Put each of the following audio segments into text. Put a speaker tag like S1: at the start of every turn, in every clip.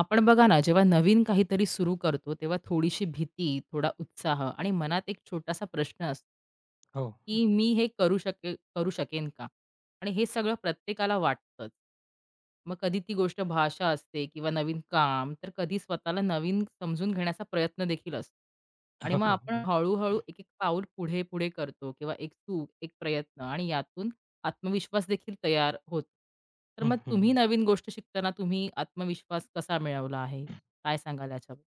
S1: आपण बघा ना, जेव्हा नवीन काहीतरी सुरू करतो, तेव्हा थोडीशी भीती, थोडा उत्साह आणि मनात एक छोटासा प्रश्न असतो,
S2: हो.
S1: की "मी हे करू शकेन का?" आणि हे सगळं प्रत्येकाला वाटतंच. मग कधी ती गोष्ट भाषा असते किंवा नवीन काम, तर कधी स्वतःला नवीन समजून घेण्याचा प्रयत्न देखील असतो. आणि
S2: हो,
S1: मग
S2: हो.
S1: आपण
S2: हं.
S1: हळू एक-एक पाऊल पुढे-पुढे करतो किंवा एक चूक, एक प्रयत्न आणि यातून आत्मविश्वास देखील तयार होतो. तर
S2: हं,
S1: मग
S2: हं,
S1: तुम्ही
S2: हं.
S1: नवीन गोष्ट शिकताना तुम्ही आत्मविश्वास कसा मिळवला आहे? काय सांगाल याच्यावर?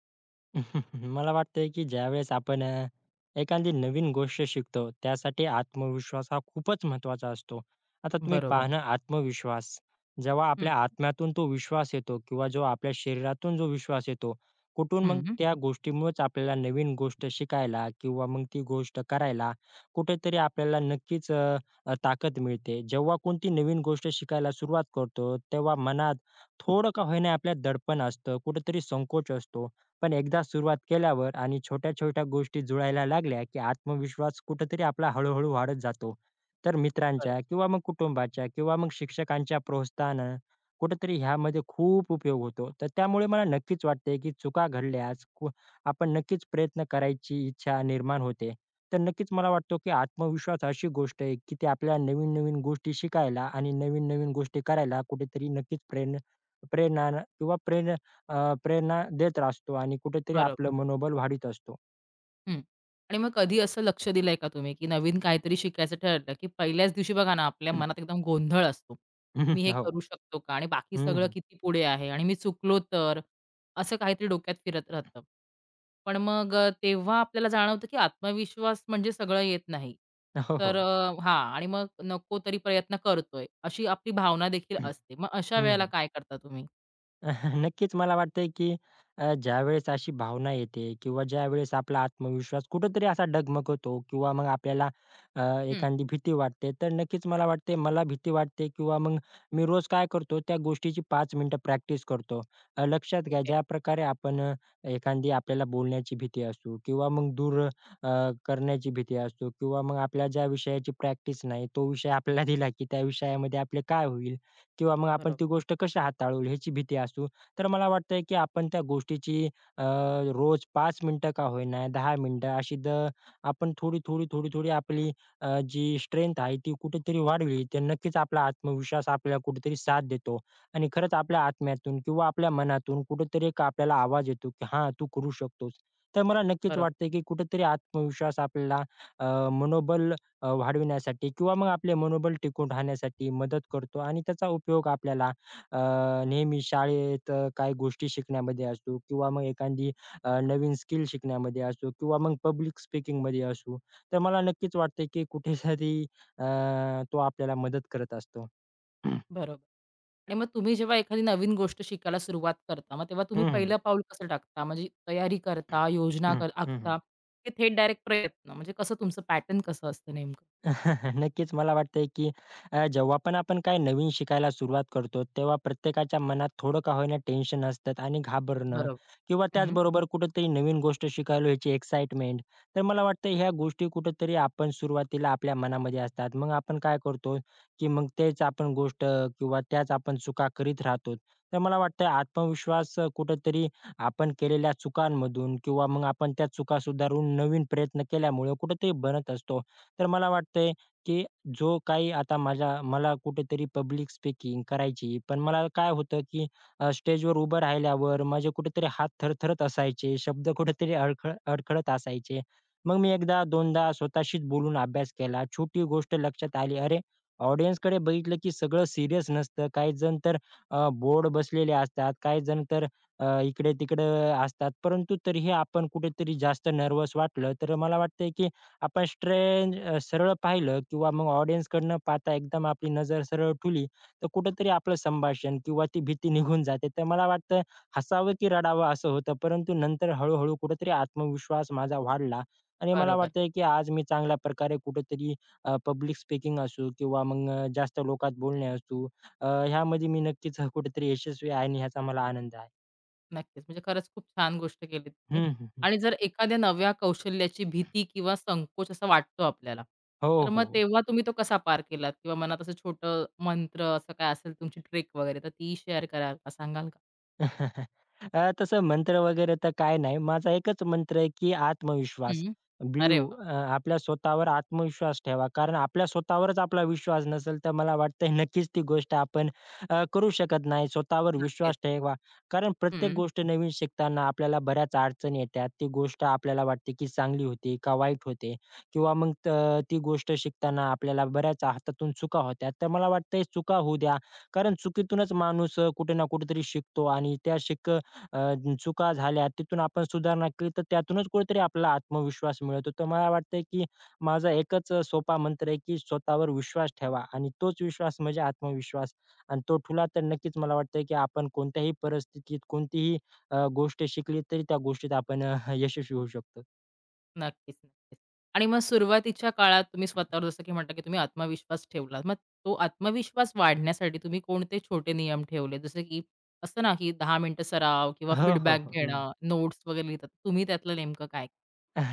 S2: मला वाटतंय की ज्यावेळेस आपण एखादी नवीन गोष्ट शिकतो, त्यासाठी आत्मविश्वास हा खूपच महत्त्वाचा असतो. आता तुम्ही
S1: बरोबर.
S2: पहा ना, आत्मविश्वास जेव्हा
S1: हं,
S2: आपल्या आत्म्यातून तो विश्वास येतो किंवा जो आपल्या शरीरातून जो विश्वास येतो, कुठून मग
S1: हं.
S2: त्या गोष्टीमुळेच आपल्याला नवीन गोष्ट शिकायला किंवा मग ती गोष्ट करायला कुठेतरी आपल्याला नक्कीच अ, अ, ताकद मिळते. जेव्हा कोणती नवीन गोष्ट शिकायला सुरुवात करतो, तेव्हा मनात थोडं का होईना आपल्या दडपण असतं, कुठेतरी संकोच असतो. पण एकदा सुरुवात केल्यावर आणि छोट्या-छोट्या गोष्टी जुळायला लागल्या, की आत्मविश्वास कुठेतरी आपला हळू-हळू वाढत जातो. तर
S1: बरोबर,
S2: मित्रांच्या किंवा मग कुटुंबाच्या किंवा मग शिक्षकांच्या प्रोत्साहनानं कुठेतरी ह्यामध्ये खूप उपयोग होतो. तर त्यामुळे मला नक्कीच वाटते, की चुका घडल्यास आपण नक्कीच प्रयत्न करायची इच्छा निर्माण होते. तर नक्कीच मला वाटतो, की आत्मविश्वास अशी गोष्ट आहे, की ती आपल्याला नवीन-नवीन गोष्टी शिकायला आणि नवीन-नवीन गोष्टी करायला कुठेतरी नक्कीच प्रेरणा प्रेरणा किंवा प्रेरणा अ, प्रेरणा देत असतो आणि कुठेतरी
S1: बरोबर.
S2: आपलं मनोबल वाढीत असतो.
S1: हं. आणि मग कधी असं लक्ष दिलंय का तुम्ही, की नवीन काहीतरी शिकायचं ठरलं, की पहिल्याच दिवशी बघा ना, आपल्या मनात एकदम गोंधळ असतो. मी हे
S2: हो.
S1: करू शकतो का? आणि बाकी
S2: हं,
S1: सगळं
S2: हं.
S1: किती पुढे आहे आणि मी चुकलो तर? असं काहीतरी डोक्यात फिरत राहतं. पण मग तेव्हा आपल्याला जाणवतं, की आत्मविश्वास म्हणजे सगळं येत नाही.
S2: हो,
S1: तर
S2: हो.
S1: हां आणि मग नको तरी प्रयत्न करतोय, अशी आपली भावना देखील
S2: हं,
S1: असते. मग अशा वेळेला
S2: हं.
S1: काय करता तुम्ही?
S2: नक्कीच मला वाटतंय, की ज्यावेळेस अशी भावना येते किंवा ज्यावेळेस आपला आत्मविश्वास कुठेतरी असा डगमगतो किंवा मग आपल्याला अ,
S1: हं.
S2: एखादी भीती वाटते, तर नक्कीच मला वाटते मला भीती वाटते किंवा मग मी रोज काय करतो त्या गोष्टीची 5 मिनिटं प्रॅक्टिस करतो. लक्षात घ्या
S1: ओके.
S2: ज्याप्रकारे आपण एखादी आपल्याला बोलण्याची भीती असू किंवा मग करण्याची भीती असू किंवा मग आपल्या ज्या विषयाची प्रॅक्टिस नाही, तो विषय आपल्याला दिला, की त्या विषयामध्ये आपले काय होईल? किंवा मग आपण
S1: बरोबर,
S2: ती गोष्ट कशी हाताळू ह्याची भीती असू. तर मला वाटतंय की आपण त्या गोष्टीची अ, रोज 5 मिनिटं का होईना, 10 मिनिटं अशी द आपण थोडी, थोडी आपली जी स्ट्रेंथ आहे ती कुठेतरी वाढवली, तर नक्कीच आपला आत्मविश्वास आपल्याला कुठेतरी साथ देतो. आणि खरंच आपल्या आत्म्यातून किंवा आपल्या मनातून कुठेतरी एक आपल्याला आवाज येतो की हां, तू करू शकतोस. तर मला नक्कीच
S1: बरोबर,
S2: वाटतंय की कुठेतरी आत्मविश्वास आपल्याला मनोबल वाढविण्यासाठी किंवा मग आपले मनोबल टिकून राहण्यासाठी मदत करतो आणि त्याचा उपयोग आपल्याला अ, नेहमी शाळेत काही गोष्टी शिकण्यामध्ये असतो किंवा मग एखादी नवीन स्किल शिकण्यामध्ये असो किंवा मग पब्लिक स्पीकिंगमध्ये असो. तर मला नक्कीच वाटतंय की कुठेतरी अ, तो आपल्याला मदत करत असतो.
S1: बरोबर. आणि मग तुम्ही जेव्हा एखादी नवीन गोष्ट शिकायला सुरुवात करता, मग तेव्हा तुम्ही
S2: हं, हं.
S1: पहिलं पाऊल कसं टाकता? म्हणजे तयारी करता, योजना
S2: हं,
S1: कर
S2: हं.
S1: आखता, की थेट डायरेक्ट प्रयत्न? म्हणजे कसं तुमचं पॅटर्न कसं असतं नेमकं?
S2: नक्कीच मला वाटतंय, की जेव्हा पण आपण काही नवीन शिकायला सुरुवात करतो, तेव्हा प्रत्येकाच्या मनात थोडं का होईना टेन्शन असतात आणि घाबरणं
S1: बरोबर.
S2: किंवा
S1: हं,
S2: त्याचबरोबर कुठेतरी नवीन गोष्ट शिकायला ह्याची एक्साइटमेंट. तर मला वाटतं ह्या गोष्टी कुठेतरी आपण सुरुवातीला आपल्या मनामध्ये असतात. मग आपण काय करतो, की मग तेच आपण गोष्ट किंवा त्याच आपण चुका करीत राहतो. तर मला वाटतं आत्मविश्वास कुठेतरी आपण केलेल्या चुकांमधून किंवा मग आपण त्या चुका सुधारून नवीन प्रयत्न केल्यामुळे कुठेतरी बनत असतो. तर मला वाटतंय, की जो काही आता माझ्या मला कुठेतरी पब्लिक स्पीकिंग करायची, पण मला काय होतं, की स्टेजवर उभं राहिल्यावर माझे कुठेतरी हात थरथरत असायचे, शब्द कुठेतरी अडखळत असायचे. मग मी एकदा दोनदा स्वतःशीच बोलून अभ्यास केला. छोटी गोष्ट लक्षात आली, अरे, ऑडियन्सकडे बघितलं, की सगळं सीरियस नसतं. काही जण तर बोर्ड बसलेले असतात, काही जण तर इकडे-तिकडे असतात. परंतु तरीही आपण कुठेतरी जास्त नर्व्हस वाटलं, तर मला वाटतंय, की आपण सरळ पाहिलं किंवा मग ऑडियन्सकडनं पाहता एकदम आपली नजर सरळ ठुली, तर कुठेतरी आपलं संभाषण किंवा ती भीती निघून जाते. तर मला वाटतं हसावं की रडावं असं होतं. परंतु नंतर हळू-हळू कुठेतरी आत्मविश्वास माझा वाढला आणि मला
S1: बरोबर.
S2: वाटतंय की आज मी चांगल्या प्रकारे कुठेतरी पब्लिक स्पीकिंग असू किंवा मग जास्त लोकात बोलणे असू ह्यामध्ये मी नक्कीच कुठेतरी यशस्वी आहे आणि ह्याचा मला आनंद आहे.
S1: नक्कीच. म्हणजे खरंच खूप छान गोष्ट केली तुम्ही.
S2: हं, हं, हं.
S1: आणि जर एखाद्या नव्या कौशल्याची भीती किंवा संकोच असा वाटतो आपल्याला,
S2: हो,
S1: तर मग
S2: हो.
S1: तेव्हा तुम्ही तो कसा पार केलात? किंवा मनात असं छोटं मंत्र असं काय असेल तुमची ट्रिक वगैरे, तर ती शेअर कराल का? सांगाल का?
S2: तसं मंत्र वगैरे तर काय नाही. माझा एकच मंत्र आहे, की आत्मविश्वास.
S1: हं. अरे वाह!
S2: बिलीव्ह आपल्या स्वतःवर आत्मविश्वास ठेवा. कारण आपल्या स्वतःवरच आपला विश्वास नसेल, तर मला वाटतंय नक्कीच ती गोष्ट आपण करू शकत नाही. स्वतःवर विश्वास
S1: नक्कीच.
S2: ठेवा. कारण प्रत्येक
S1: हं.
S2: गोष्ट नवीन शिकताना आपल्याला बऱ्याच अडचणी येतात. ती गोष्ट आपल्याला वाटते, की चांगली होती का वाईट होते किंवा मग ती गोष्ट शिकताना आपल्याला बऱ्याच हातातून चुका होतात. तर मला वाटतंय चुका होऊ द्या. कारण चुकीतूनच माणूस कुठे ना कुठेतरी शिकतो आणि चुका झाल्या तिथून आपण सुधारणा केली तर त्यातूनच कुठेतरी आपला आत्मविश्वास मिळतो. तर मला वाटतंय की माझा एकच सोपा मंत्र आहे की स्वतःवर विश्वास ठेवा आणि तोच विश्वास म्हणजे आत्मविश्वास आणि तो ठेवला तर नक्कीच मला वाटतंय की आपण कोणत्याही परिस्थितीत कोणतीही गोष्ट शिकली तरी त्या गोष्टीत आपण यशस्वी होऊ शकतो.
S1: नक्कीच. आणि मग सुरुवातीच्या काळात तुम्ही स्वतःवर जसं की म्हटलं, की तुम्ही आत्मविश्वास ठेवला. मग तो आत्मविश्वास वाढण्यासाठी तुम्ही कोणते छोटे नियम ठेवले? जसं की असतं ना, की 10 मिनिटं सराव किंवा
S2: हो, हो,
S1: फीडबॅक
S2: हो. हं.
S1: घेणं, नोट्स वगैरे लिहितात. तुम्ही त्यातलं नेमकं काय?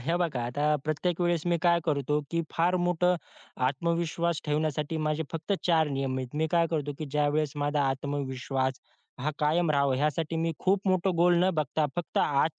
S2: हे बघा, आता प्रत्येक वेळेस मी काय करतो, की फार मोठं आत्मविश्वास ठेवण्यासाठी माझे फक्त 4 नियम आहेत. मी काय करतो, की ज्यावेळेस माझा आत्मविश्वास हा कायम राहावा ह्यासाठी मी खूप मोठं गोल न बघता फक्त आज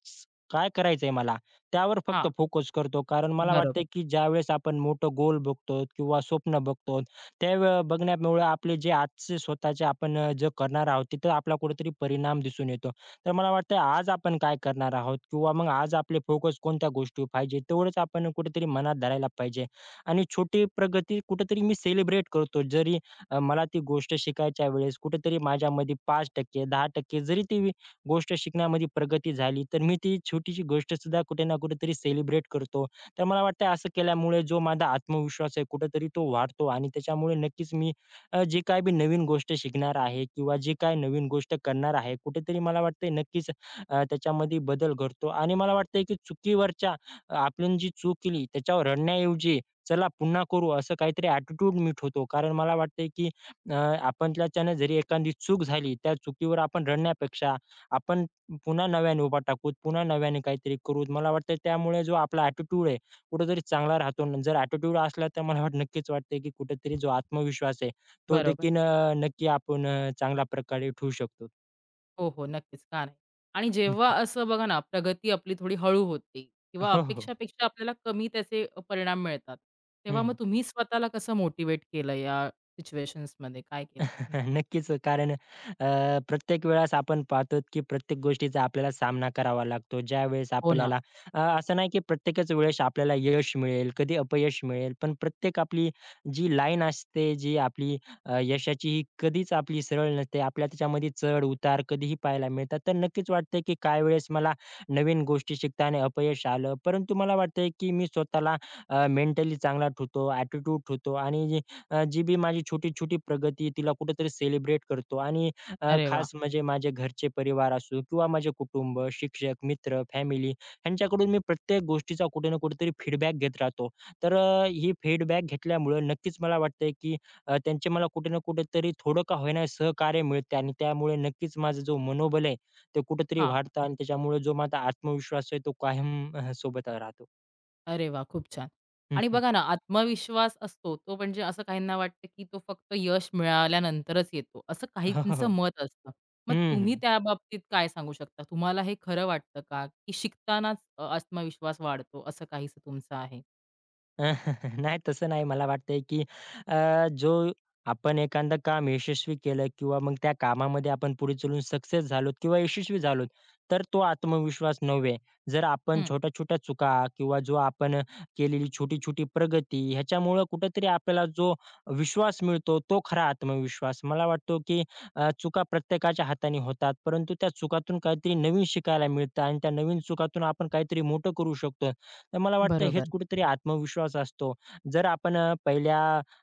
S2: काय करायचंय मला, त्यावर फक्त
S1: हां,
S2: फोकस करतो. कारण मला
S1: बरोबर,
S2: वाटतंय, की ज्यावेळेस आपण मोठं गोल बघतो किंवा स्वप्न बघतो, बघण्यामुळे आपले जे आजचे स्वतःचे आपण जे करणार आहोत, तिथं आपला कुठेतरी परिणाम दिसून येतो. तर मला वाटतं आज आपण काय करणार आहोत किंवा मग आज आपले फोकस कोणत्या गोष्टीवर पाहिजे तेवढंच आपण कुठेतरी मनात धरायला पाहिजे. आणि छोटी प्रगती कुठेतरी मी सेलिब्रेट करतो. जरी मला ती गोष्ट शिकायच्या वेळेस कुठेतरी माझ्यामध्ये 5%, 10% जरी गोष्ट शिकण्यामध्ये प्रगती झाली, तर मी ती छोटीशी गोष्ट सुद्धा कुठे ना कुठेतरी सेलिब्रेट करतो. तर मला वाटतं असं केल्यामुळे जो माझा आत्मविश्वास आहे कुठेतरी तो वाढतो आणि त्याच्यामुळे नक्कीच मी जे काही मी नवीन गोष्ट शिकणार आहे किंवा जे काही नवीन गोष्ट करणार आहे, कुठेतरी मला वाटतंय नक्कीच त्याच्यामध्ये बदल घडतो आणि मला वाटतंय की आपण जी चूक केली त्याच्यावर रडण्याऐवजी "चला पुन्हा करू" असं काहीतरी ॲटिट्यूड मीट होतो. कारण मला वाटतंय की आपल्याच्यानं जरी एखादी चूक झाली, त्या चुकीवर आपण रडण्यापेक्षा आपण पुन्हा नव्याने उभा टाकूत, पुन्हा नव्याने काहीतरी करू. मला वाटतं त्यामुळे जो आपला ॲटिट्यूड आहे कुठेतरी चांगला राहतो. आणि जर ॲटिट्यूड असला तर मला वाट नक्कीच वाटतंय की कुठेतरी जो आत्मविश्वास आहे तो
S1: बरोबर.
S2: देखील नक्की आपण चांगल्या प्रकारे ठेवू शकतो.
S1: हो, हो, नक्कीच. का नाही? आणि
S2: हं.
S1: जेव्हा असं बघा ना, प्रगती आपली थोडी हळू होते किंवा
S2: हो, हो.
S1: अपेक्षापेक्षा आपल्याला कमी त्याचे परिणाम मिळतात. तेव्हा मग
S2: हं,
S1: तुम्ही स्वतःला कसं मोटिव्हेट केलं या सिच्युएशन्समध्ये? काय केलं तुम्ही?
S2: नक्कीच. कारण प्रत्येक वेळेस आपण पाहतो, की प्रत्येक गोष्टीचा आपल्याला सामना करावा लागतो.
S1: हो ना.
S2: असं नाही, की प्रत्येकच वेळेस आपल्याला यश मिळेल, कधी अपयश मिळेल. पण प्रत्येक आपली जी लाईन असते, जी आपली यशाची ही कधीच आपली सरळ नसते. आपल्याला त्याच्यामध्ये चढ-उतार कधीही पाहायला मिळतात. तर नक्कीच वाटतंय, की काही वेळेस मला नवीन गोष्टी शिकताना अपयश आलं. परंतु मला वाटतंय, की मी स्वतःला मेंटली चांगला ठेवतो, ॲटिट्यूड ठेवतो आणि जी बी माझी छोटी-छोटी प्रगती तिला कुठेतरी सेलिब्रेट करतो आणि
S1: अरे वाह!
S2: खास म्हणजे माझे घरचे परिवार असो किंवा माझे कुटुंब, शिक्षक, मित्र, फॅमिली ह्यांच्याकडून मी प्रत्येक गोष्टीचा कुठे ना कुठेतरी फीडबॅक घेत राहतो. तर ही फीडबॅक घेतल्यामुळे नक्कीच मला वाटतंय, की त्यांचे मला कुठे ना कुठेतरी थोडं का होईना सहकार्य मिळते आणि त्यामुळे नक्कीच माझं जो मनोबल आहे ते कुठेतरी
S1: हां.
S2: वाढतं आणि त्याच्यामुळे जो माझा आत्मविश्वास आहे तो कायम सोबत राहतो.
S1: अरे वा, खूप छान.
S2: हं,
S1: आणि
S2: हं.
S1: बघा ना, आत्मविश्वास असतो तो म्हणजे असं काहींना वाटतं, की तो फक्त यश मिळाल्यानंतरच येतो, असं
S2: हो, हो,
S1: काहींचं
S2: हो.
S1: मत असतं. मग
S2: हं, हं.
S1: तुम्ही त्याबाबतीत काय सांगू शकता? तुम्हाला हे खरं वाटतं का, की शिकतानाच आत्मविश्वास वाढतो असं काहीसं तुमचं आहे?
S2: नाही तसं नाही. मला वाटतंय, की जो आपण एखादं काम यशस्वी केलं किंवा मग त्या कामामध्ये आपण पुढे चलून सक्सेस झालोत किंवा यशस्वी झालोत, तर तो आत्मविश्वास नव्हे. जर आपण
S1: हं.
S2: छोट्या-छोट्या चुका किंवा जो आपण केलेली छोटी-छोटी प्रगती ह्याच्यामुळं कुठेतरी आपल्याला जो विश्वास मिळतो, तो खरा आत्मविश्वास. मला वाटतो, की चुका प्रत्येकाच्या हाताने होतात, परंतु त्या चुकातून काहीतरी नवीन शिकायला मिळतं आणि त्या नवीन चुकातून आपण काहीतरी मोठं करू शकतो. तर मला वाटतं हेच
S1: बरोबर.
S2: कुठेतरी आत्मविश्वास असतो. जर आपण अ, पहिल्या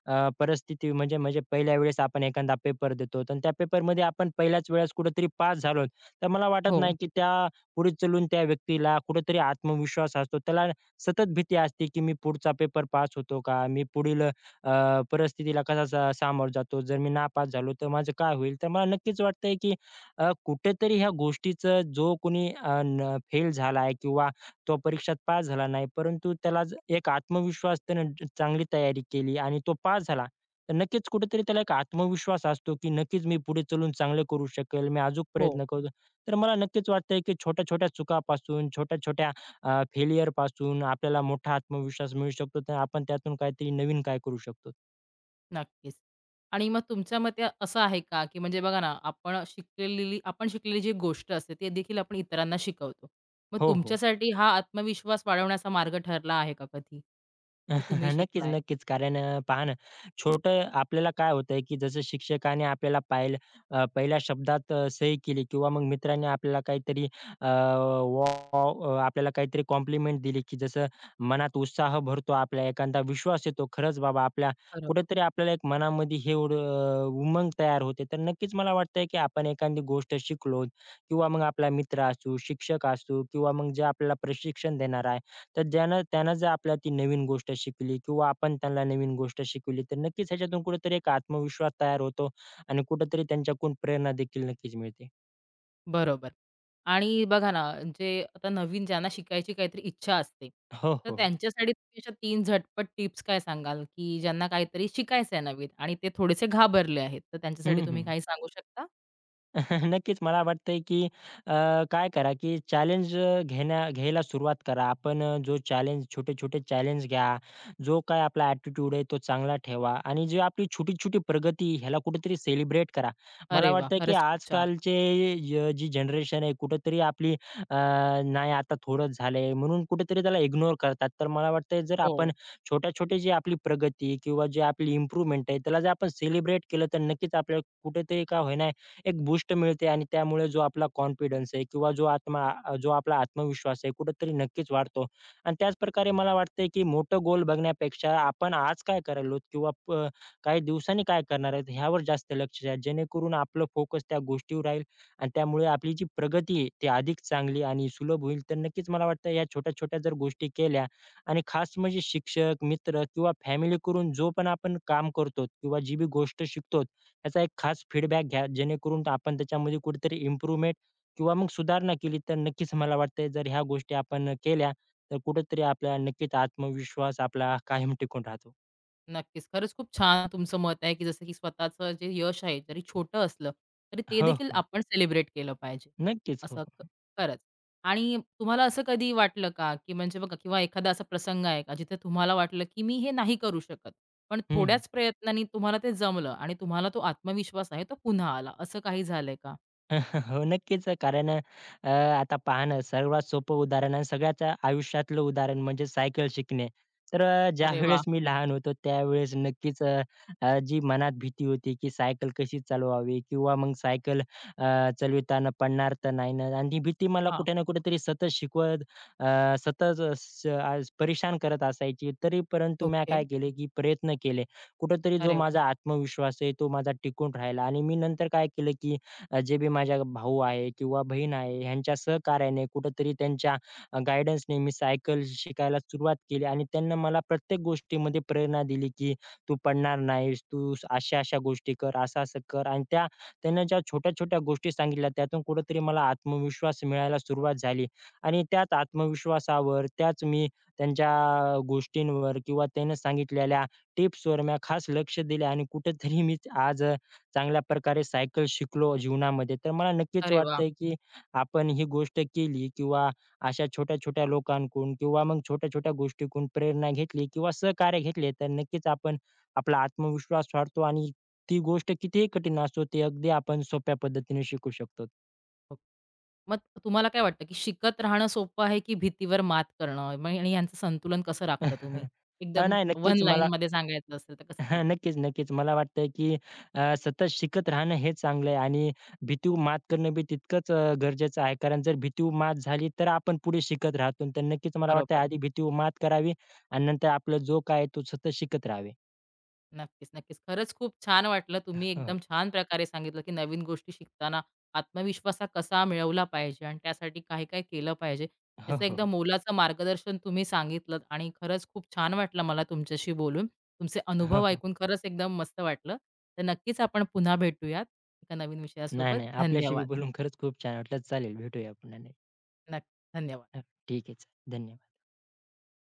S2: अ, परिस्थिती म्हणजे म्हणजे पहिल्या वेळेस आपण एखादा पेपर देतो आणि त्या पेपरमध्ये आपण पहिल्याच वेळेस कुठेतरी पास झालो, तर मला वाटत
S1: हो,
S2: नाही की पुढे चलून त्या व्यक्तीला कुठेतरी आत्मविश्वास असतो. त्याला सतत भीती असते की मी पुढचा पेपर पास होतो का? मी पुढील परिस्थितीला कसा सामोरं जातो? जर मी नापास झालो तर माझं काय होईल? तर मला नक्कीच वाटतंय की कुठेतरी ह्या गोष्टीचं जो कोणी फेल झालाय किंवा तो परीक्षेत पास झाला नाही, परंतु त्याला एक आत्मविश्वास त्यानं चांगली तयारी केली आणि तो पास झाला. तर नक्कीच कुठेतरी त्याला एक आत्मविश्वास असतो, की नक्कीच मी पुढे चलून चांगलं करू शकेल. मी अजून
S1: हो.
S2: प्रयत्न करू. तर मला नक्कीच वाटतंय, की छोट्या-छोट्या चुकापासून, छोट्या-छोट्या फेल्युअरपासून आपल्याला मोठा आत्मविश्वास मिळू शकतो. तर आपण त्यातून काहीतरी नवीन काय करू शकतो.
S1: नक्कीच. आणि मग तुमच्या मते असं आहे का, की म्हणजे बघा ना, आपण शिकलेली जी गोष्ट असते, ती देखील आपण इतरांना शिकवतो. मग
S2: हो, हो.
S1: तुमच्यासाठी हा आत्मविश्वास वाढवण्याचा मार्ग ठरला आहे का कधी? ते तुम्ही
S2: नक्कीच,
S1: शिकलाय.
S2: नक्कीच. कारण पहा ना, छोटं आपल्याला काय होतंय, की जसं शिक्षकाने आपल्याला पाहिलं पहिल्या शब्दात सही केली किंवा मग मित्राने आपल्याला काहीतरी वॉव आपल्याला काहीतरी कॉम्प्लिमेंट दिली, की जसं मनात उत्साह भरतो आपल्या, एखादा विश्वास येतो. खरंच बाबा आपल्या
S1: बरोबर,
S2: कुठेतरी आपल्याला एक मनामध्ये हे उमंग तयार होते. तर नक्कीच मला वाटतंय, की आपण एखादी गोष्ट शिकलो किंवा मग आपला मित्र असू, शिक्षक असू किंवा मग जे आपल्याला प्रशिक्षण देणार तर ज्यानं त्यानं जर आपल्याला ती नवीन गोष्ट शिकली किंवा आपण त्यांना नवीन गोष्ट शिकवली, तर नक्कीच ह्याच्यातून कुठेतरी एक आत्मविश्वास तयार होतो आणि कुठेतरी त्यांच्याकडून प्रेरणा देखील नक्कीच मिळते.
S1: बरोबर. आणि बघा ना, जे आता नवीन ज्यांना शिकायची काहीतरी इच्छा असते,
S2: हो,
S1: तर
S2: हो.
S1: त्यांच्यासाठी तुम्ही अशा 3 झटपट टिप्स काय सांगाल, की ज्यांना काहीतरी शिकायचं आहे नवीन आणि ते थोडेसे घाबरले आहेत, तर त्यांच्यासाठी
S2: हं,
S1: तुम्ही
S2: हं.
S1: काही सांगू शकता?
S2: नक्कीच मला वाटतंय की काय करा की चॅलेंज अ, घेण्या घ्यायला सुरुवात करा. आपण अ, जो चॅलेंज छोटे-छोटे चॅलेंज घ्या. जो काय आपला ॲटिट्यूड आहे तो चांगला ठेवा आणि जी आपली छोटी-छोटी प्रगती ह्याला कुठेतरी सेलिब्रेट करा. मला
S1: अरे वाह!
S2: वाटतं की
S1: खरंच खूप छान.
S2: आजकालचे जी जनरेशन आहे कुठेतरी आपली अ, नाही आता थोडंच झालंय म्हणून कुठेतरी त्याला इग्नोर करतात. तर मला वाटतंय जर
S1: हो.
S2: आपण छोट्या-छोटे जी आपली प्रगती किंवा जी आपली इम्प्रूव्हमेंट आहे त्याला जर आपण सेलिब्रेट केलं तर नक्कीच आपल्याला कुठेतरी का होईना एक बूस्ट मिळते आणि त्यामुळे जो आपला कॉन्फिडन्स आहे किंवा जो आपला आत्मविश्वास आहे कुठेतरी नक्कीच वाढतो. आणि त्याचप्रकारे मला वाटतंय, की मोठं गोल बघण्यापेक्षा आपण आज काय करायलोत किंवा काही दिवसांनी काय करणार आहेत ह्यावर जास्त लक्ष द्या. जेणेकरून आपलं फोकस त्या गोष्टीवर राहील आणि त्यामुळे आपली जी प्रगती आहे ती अधिक चांगली आणि सुलभ होईल. तर नक्कीच मला वाटतं या छोट्या-छोट्या जर गोष्टी केल्या आणि खास म्हणजे शिक्षक, मित्र किंवा फॅमिलीकडून जो पण आपण काम करतो किंवा जी बी गोष्ट शिकतो याचा एक खास फीडबॅक घ्या, जेणेकरून आपण त्याच्यामध्ये कुठेतरी इम्प्रूव्हमेंट किंवा मग सुधारणा केली, तर नक्कीच मला वाटतंय जर ह्या गोष्टी आपण केल्या, तर कुठेतरी आपला नक्कीच आत्मविश्वास आपला कायम टिकून राहतो.
S1: नक्कीच. खरंच खूप छान तुमचं मत आहे, की जसं की स्वतःचं जे यश आहे, जरी छोटं असलं, तरी ते
S2: हो,
S1: देखील
S2: हो.
S1: आपण सेलिब्रेट केलं पाहिजे.
S2: नक्कीच. हो,
S1: असं ख
S2: हो.
S1: खरंच. आणि तुम्हाला असं कधी वाटलं का, की म्हणजे बघा किंवा एखादा असा प्रसंग आहे का, जिथे तुम्हाला वाटलं, की मी हे नाही करू शकत, पण
S2: हं, हं.
S1: थोड्याच प्रयत्नांनी तुम्हाला ते जमलं आणि तुम्हाला तो आत्मविश्वास आहे, तो पुन्हा आला, असं काही झालंय का?
S2: हो, नक्कीच. कारण आता पहा ना, सर्वात सोपं उदाहरण आणि सगळ्याच आयुष्यातलं उदाहरण म्हणजे सायकल शिकणे. तर
S1: अरे वाह!
S2: ज्यावेळेस मी लहान होतो त्यावेळेस नक्कीच अ, अ, जी मनात भीती होती, की सायकल कशी चालवावी किंवा मग सायकल चालविताना पडणार तर नाही ना आणि ती भीती मला
S1: हां.
S2: कुठे ना कुठेतरी अ, सतत अ, स आज परेशान करत असायची. तरी परंतु मी
S1: ओके.
S2: काय केले, की प्रयत्न केले. कुठेतरी जो
S1: अरे वाह!
S2: माझा आत्मविश्वास आहे, तो माझा टिकून राहिला आणि मी नंतर काय केलं, की जे बी माझ्या भाऊ आहे किंवा बहीण आहे ह्यांच्या सहकार्याने कुठेतरी त्यांच्या गाईडन्सने मी सायकल शिकायला सुरुवात केली आणि त्यांनी मला प्रत्येक गोष्टीमध्ये प्रेरणा दिली, की "तू पडणार नाहीस, तू अशा-अशा गोष्टी कर, असं-असं कर" आणि त्यांनी ज्या छोट्या-छोट्या गोष्टी सांगितल्या त्यातून कुठेतरी मला आत्मविश्वास मिळायला सुरुवात झाली आणि त्याच आत्मविश्वासावर, त्याच मी त्यांच्या गोष्टींवर किंवा त्यांनी सांगितलेल्या टिप्सवर मी खास लक्ष दिले आणि कुठेतरी मी आज चांगल्या प्रकारे सायकल शिकलो जीवनामध्ये, तर मला नक्कीच
S1: अरे वाह!
S2: वाटतंय की आपण ही गोष्ट केली किंवा अशा छोट्या-छोट्या लोकांकडून किंवा मग छोट्या-छोट्या गोष्टीकडून प्रेरणा घेतली किंवा सहकार्य घेतले, तर नक्कीच आपण आपला आत्मविश्वास वाढतो आणि ती गोष्ट कितीही कठीण असो, ती अगदी आपण सोप्या पद्धतीने शिकू शकतो.
S1: हो. मग तुम्हाला काय वाटतं, की शिकत राहणं सोपं आहे, की भीतीवर मात करणं? मग आणि यांचं संतुलन कसं राखता तुम्ही?
S2: अ,
S1: एकदम
S2: नाही
S1: वन
S2: नक्कीच मला
S1: लाईनमध्ये सांगायचं असेल तर कसं
S2: हां,
S1: सांगा,
S2: नक्कीच, नक्कीच. मला वाटतं, की सतत शिकत राहणं हे चांगलं आहे आणि भीती मात करणं बी तितकंच गरजेचं आहे. कारण जर भीती मात झाली, तर आपण पुढे शिकत राहतो. तर नक्कीच मला वाटतं
S1: बरोबर.
S2: आधी भीती मात करावी आणि नंतर आपला जो काय आहे तो सतत शिकत राहावे.
S1: नक्कीच. खरंच खूप छान वाटलं. तुम्ही
S2: हो,
S1: एकदम छान प्रकारे सांगितलं, की नवीन गोष्टी शिकताना आत्मविश्वास हा कसा मिळवला पाहिजे आणि त्यासाठी काय-काय केलं पाहिजे.
S2: हो,
S1: ह्याचं
S2: हो,
S1: एकदम मोलाचं मार्गदर्शन तुम्ही सांगितलंत आणि खरंच खूप छान वाटलं मला तुमच्याशी बोलून. तुमचे
S2: हो,
S1: अनुभव
S2: हो.
S1: ऐकून खरंच एकदम मस्त वाटलं. तर नक्कीच आपण पुन्हा भेटूयात एका नवीन
S2: नाही,
S1: विषयासोबत.
S2: नाही. आपल्याशी बी
S1: धन्यवाद.
S2: बोलून खरंच खूप छान वाटलं. चालेल, भेटूया पुन्हा. नाही.
S1: नक्की. धन्यवाद.
S2: हो, ठीक आहे. चालेल. धन्यवाद.